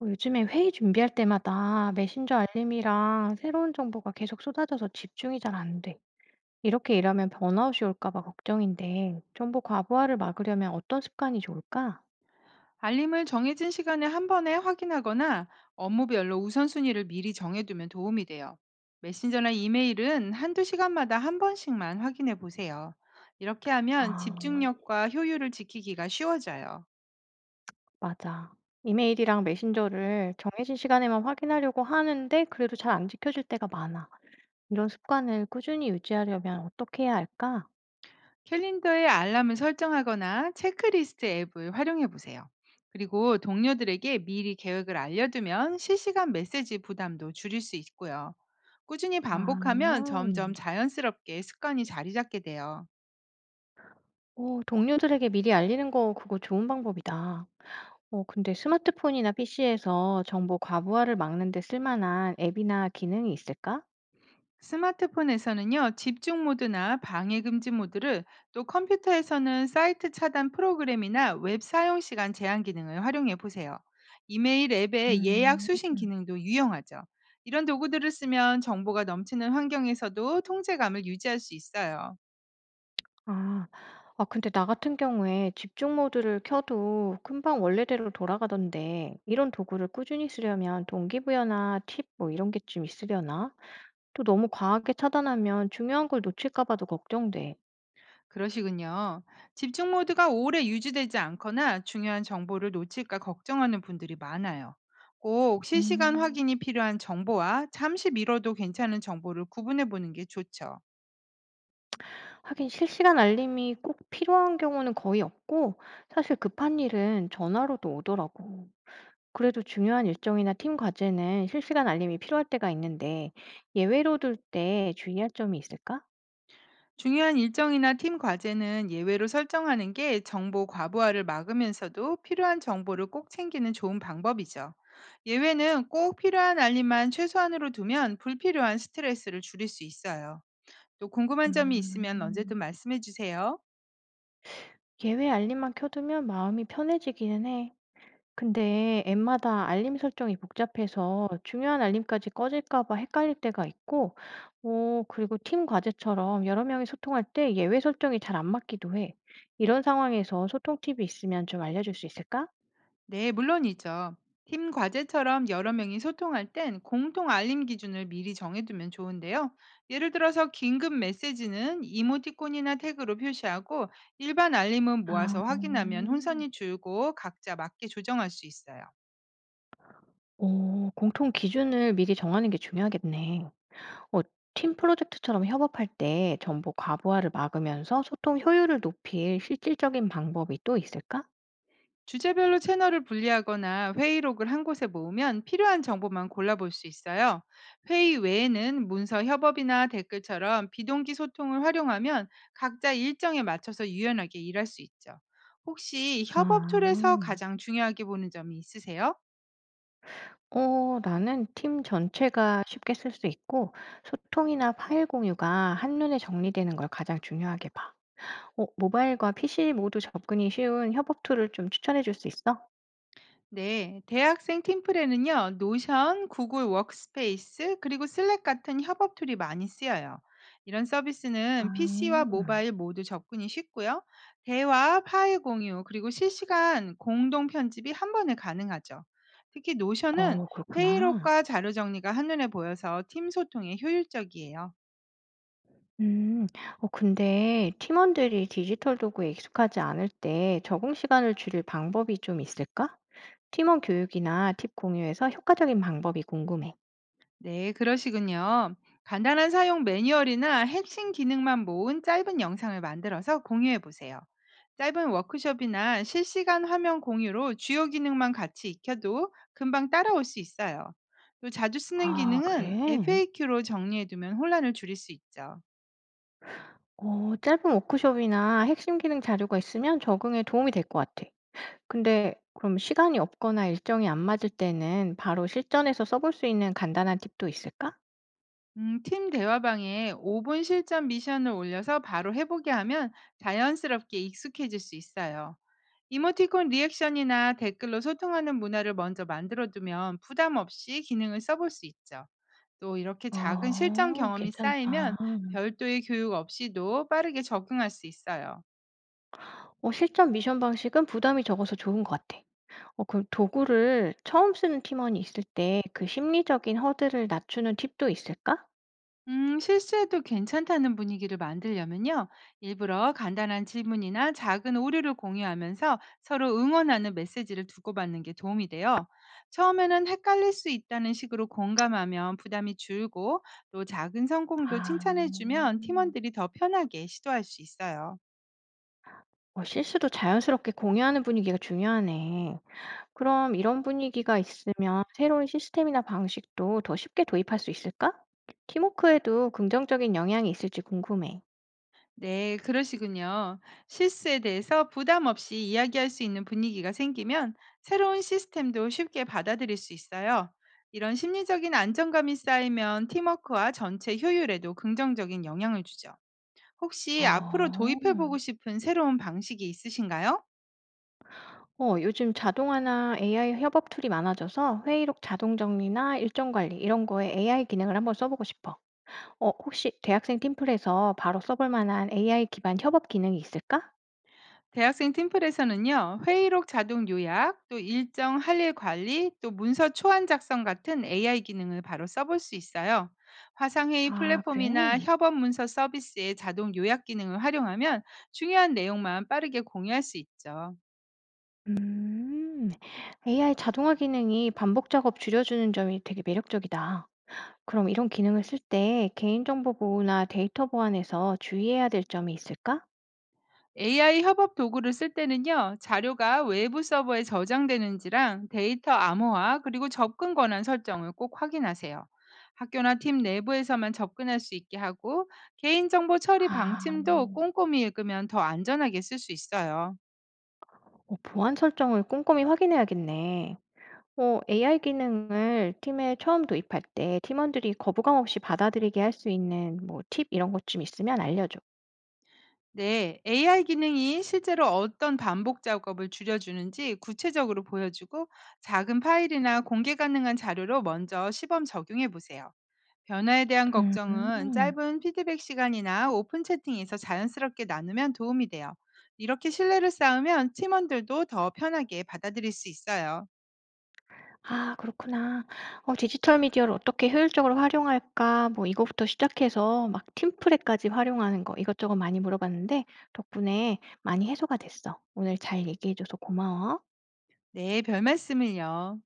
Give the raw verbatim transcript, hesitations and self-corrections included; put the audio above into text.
어, 요즘에 회의 준비할 때마다 메신저 알림이랑 새로운 정보가 계속 쏟아져서 집중이 잘 안 돼. 이렇게 일하면 번아웃이 올까 봐 걱정인데, 정보 과부하를 막으려면 어떤 습관이 좋을까? 알림을 정해진 시간에 한 번에 확인하거나 업무별로 우선순위를 미리 정해두면 도움이 돼요. 메신저나 이메일은 한두 시간마다 한 번씩만 확인해 보세요. 이렇게 하면 아, 집중력과 효율을 지키기가 쉬워져요. 맞아. 이메일이랑 메신저를 정해진 시간에만 확인하려고 하는데, 그래도 잘 안 지켜질 때가 많아. 이런 습관을 꾸준히 유지하려면 어떻게 해야 할까? 캘린더에 알람을 설정하거나 체크리스트 앱을 활용해 보세요. 그리고 동료들에게 미리 계획을 알려두면 실시간 메시지 부담도 줄일 수 있고요. 꾸준히 반복하면 아, 점점 자연스럽게 습관이 자리 잡게 돼요. 오, 동료들에게 미리 알리는 거, 그거 좋은 방법이다. 어 근데 스마트폰이나 피시에서 정보 과부하를 막는 데 쓸만한 앱이나 기능이 있을까? 스마트폰에서는요, 집중 모드나 방해 금지 모드를, 또 컴퓨터에서는 사이트 차단 프로그램이나 웹 사용 시간 제한 기능을 활용해 보세요. 이메일 앱의 예약 음. 수신 기능도 유용하죠. 이런 도구들을 쓰면 정보가 넘치는 환경에서도 통제감을 유지할 수 있어요. 아. 아 근데 나 같은 경우에 집중 모드를 켜도 금방 원래대로 돌아가던데, 이런 도구를 꾸준히 쓰려면 동기부여나 팁 뭐 이런 게 좀 있으려나? 또 너무 과하게 차단하면 중요한 걸 놓칠까 봐도 걱정돼. 그러시군요. 집중 모드가 오래 유지되지 않거나 중요한 정보를 놓칠까 걱정하는 분들이 많아요. 꼭 실시간 음. 확인이 필요한 정보와 잠시 미뤄도 괜찮은 정보를 구분해 보는 게 좋죠. 하긴 실시간 알림이 꼭 필요한 경우는 거의 없고, 사실 급한 일은 전화로도 오더라고. 그래도 중요한 일정이나 팀 과제는 실시간 알림이 필요할 때가 있는데, 예외로 둘 때 주의할 점이 있을까? 중요한 일정이나 팀 과제는 예외로 설정하는 게 정보 과부하를 막으면서도 필요한 정보를 꼭 챙기는 좋은 방법이죠. 예외는 꼭 필요한 알림만 최소한으로 두면 불필요한 스트레스를 줄일 수 있어요. 또 궁금한 점이 있으면 음, 언제든 말씀해 주세요. 예외 알림만 켜두면 마음이 편해지기는 해. 근데 앱마다 알림 설정이 복잡해서 중요한 알림까지 꺼질까 봐 헷갈릴 때가 있고, 어, 그리고 팀 과제처럼 여러 명이 소통할 때 예외 설정이 잘 안 맞기도 해. 이런 상황에서 소통 팁이 있으면 좀 알려줄 수 있을까? 네, 물론이죠. 팀 과제처럼 여러 명이 소통할 땐 공통 알림 기준을 미리 정해두면 좋은데요. 예를 들어서 긴급 메시지는 이모티콘이나 태그로 표시하고 일반 알림은 아, 모아서 확인하면 음. 혼선이 줄고 각자 맞게 조정할 수 있어요. 어 공통 기준을 미리 정하는 게 중요하겠네. 어 팀 프로젝트처럼 협업할 때 정보 과부하를 막으면서 소통 효율을 높일 실질적인 방법이 또 있을까? 주제별로 채널을 분리하거나 회의록을 한 곳에 모으면 필요한 정보만 골라볼 수 있어요. 회의 외에는 문서 협업이나 댓글처럼 비동기 소통을 활용하면 각자 일정에 맞춰서 유연하게 일할 수 있죠. 혹시 협업 툴에서 아. 가장 중요하게 보는 점이 있으세요? 어 나는 팀 전체가 쉽게 쓸 수 있고, 소통이나 파일 공유가 한눈에 정리되는 걸 가장 중요하게 봐. 어 모바일과 피시 모두 접근이 쉬운 협업 툴을 좀 추천해 줄 수 있어? 네, 대학생 팀플에는요, 노션, 구글 워크스페이스, 그리고 슬랙 같은 협업 툴이 많이 쓰여요. 이런 서비스는 피씨와 아. 모바일 모두 접근이 쉽고요. 대화, 파일 공유, 그리고 실시간 공동 편집이 한 번에 가능하죠. 특히 노션은 어 그렇구나. 회의록과 자료 정리가 한눈에 보여서 팀 소통에 효율적이에요. 음. 어 근데 팀원들이 디지털 도구에 익숙하지 않을 때 적응 시간을 줄일 방법이 좀 있을까? 팀원 교육이나 팁 공유에서 효과적인 방법이 궁금해. 네, 그러시군요. 간단한 사용 매뉴얼이나 핵심 기능만 모은 짧은 영상을 만들어서 공유해 보세요. 짧은 워크숍이나 실시간 화면 공유로 주요 기능만 같이 익혀도 금방 따라올 수 있어요. 또 자주 쓰는 아, 기능은 그래? 에프에이큐로 정리해 두면 혼란을 줄일 수 있죠. 어, 짧은 워크숍이나 핵심 기능 자료가 있으면 적응에 도움이 될 것 같아. 근데 그럼 시간이 없거나 일정이 안 맞을 때는 바로 실전에서 써볼 수 있는 간단한 팁도 있을까? 음, 팀 대화방에 오 분 실전 미션을 올려서 바로 해보게 하면 자연스럽게 익숙해질 수 있어요. 이모티콘 리액션이나 댓글로 소통하는 문화를 먼저 만들어두면 부담 없이 기능을 써볼 수 있죠. 또 이렇게 작은 실전 어, 경험이 괜찮다. 쌓이면 별도의 교육 없이도 빠르게 적응할 수 있어요. 어, 실전 미션 방식은 부담이 적어서 좋은 것 같아. 어 그 도구를 처음 쓰는 팀원이 있을 때 그 심리적인 허들을 낮추는 팁도 있을까? 음, 실수해도 괜찮다는 분위기를 만들려면요. 일부러 간단한 질문이나 작은 오류를 공유하면서 서로 응원하는 메시지를 주고받는 게 도움이 돼요. 처음에는 헷갈릴 수 있다는 식으로 공감하면 부담이 줄고 또 작은 성공도 아. 칭찬해주면 팀원들이 더 편하게 시도할 수 있어요. 어 실수도 자연스럽게 공유하는 분위기가 중요하네. 그럼 이런 분위기가 있으면 새로운 시스템이나 방식도 더 쉽게 도입할 수 있을까? 팀워크에도 긍정적인 영향이 있을지 궁금해. 네, 그러시군요. 실수에 대해서 부담 없이 이야기할 수 있는 분위기가 생기면 새로운 시스템도 쉽게 받아들일 수 있어요. 이런 심리적인 안정감이 쌓이면 팀워크와 전체 효율에도 긍정적인 영향을 주죠. 혹시 앞으로 도입해보고 어. 싶은 새로운 방식이 있으신가요? 어 요즘 자동화나 에이아이 협업 툴이 많아져서 회의록 자동 정리나 일정 관리 이런 거에 에이아이 기능을 한번 써 보고 싶어. 어 혹시 대학생 팀플에서 바로 써볼 만한 에이아이 기반 협업 기능이 있을까? 대학생 팀플에서는요, 회의록 자동 요약, 또 일정 할일 관리, 또 문서 초안 작성 같은 에이아이 기능을 바로 써볼 수 있어요. 화상회의 아, 그래? 플랫폼이나 협업 문서 서비스의 자동 요약 기능을 활용하면 중요한 내용만 빠르게 공유할 수 있죠. 음, 에이아이 자동화 기능이 반복 작업 줄여주는 점이 되게 매력적이다. 그럼 이런 기능을 쓸 때 개인정보 보호나 데이터 보안에서 주의해야 될 점이 있을까? 에이아이 협업 도구를 쓸 때는요, 자료가 외부 서버에 저장되는지랑 데이터 암호화 그리고 접근 권한 설정을 꼭 확인하세요. 학교나 팀 내부에서만 접근할 수 있게 하고 개인정보 처리 아, 방침도 꼼꼼히 읽으면 더 안전하게 쓸 수 있어요. 어, 보안 설정을 꼼꼼히 확인해야겠네. 어, 에이아이 기능을 팀에 처음 도입할 때 팀원들이 거부감 없이 받아들이게 할 수 있는 뭐 팁 이런 것 좀 있으면 알려줘. 네, 에이아이 기능이 실제로 어떤 반복 작업을 줄여주는지 구체적으로 보여주고 작은 파일이나 공개 가능한 자료로 먼저 시범 적용해 보세요. 변화에 대한 음. 걱정은 짧은 피드백 시간이나 오픈 채팅에서 자연스럽게 나누면 도움이 돼요. 이렇게 신뢰를 쌓으면 팀원들도 더 편하게 받아들일 수 있어요. 아, 그렇구나. 어 디지털 미디어를 어떻게 효율적으로 활용할까 뭐 이거부터 시작해서 막 팀플에까지 활용하는 거 이것저것 많이 물어봤는데, 덕분에 많이 해소가 됐어. 오늘 잘 얘기해 줘서 고마워. 네, 별 말씀을요.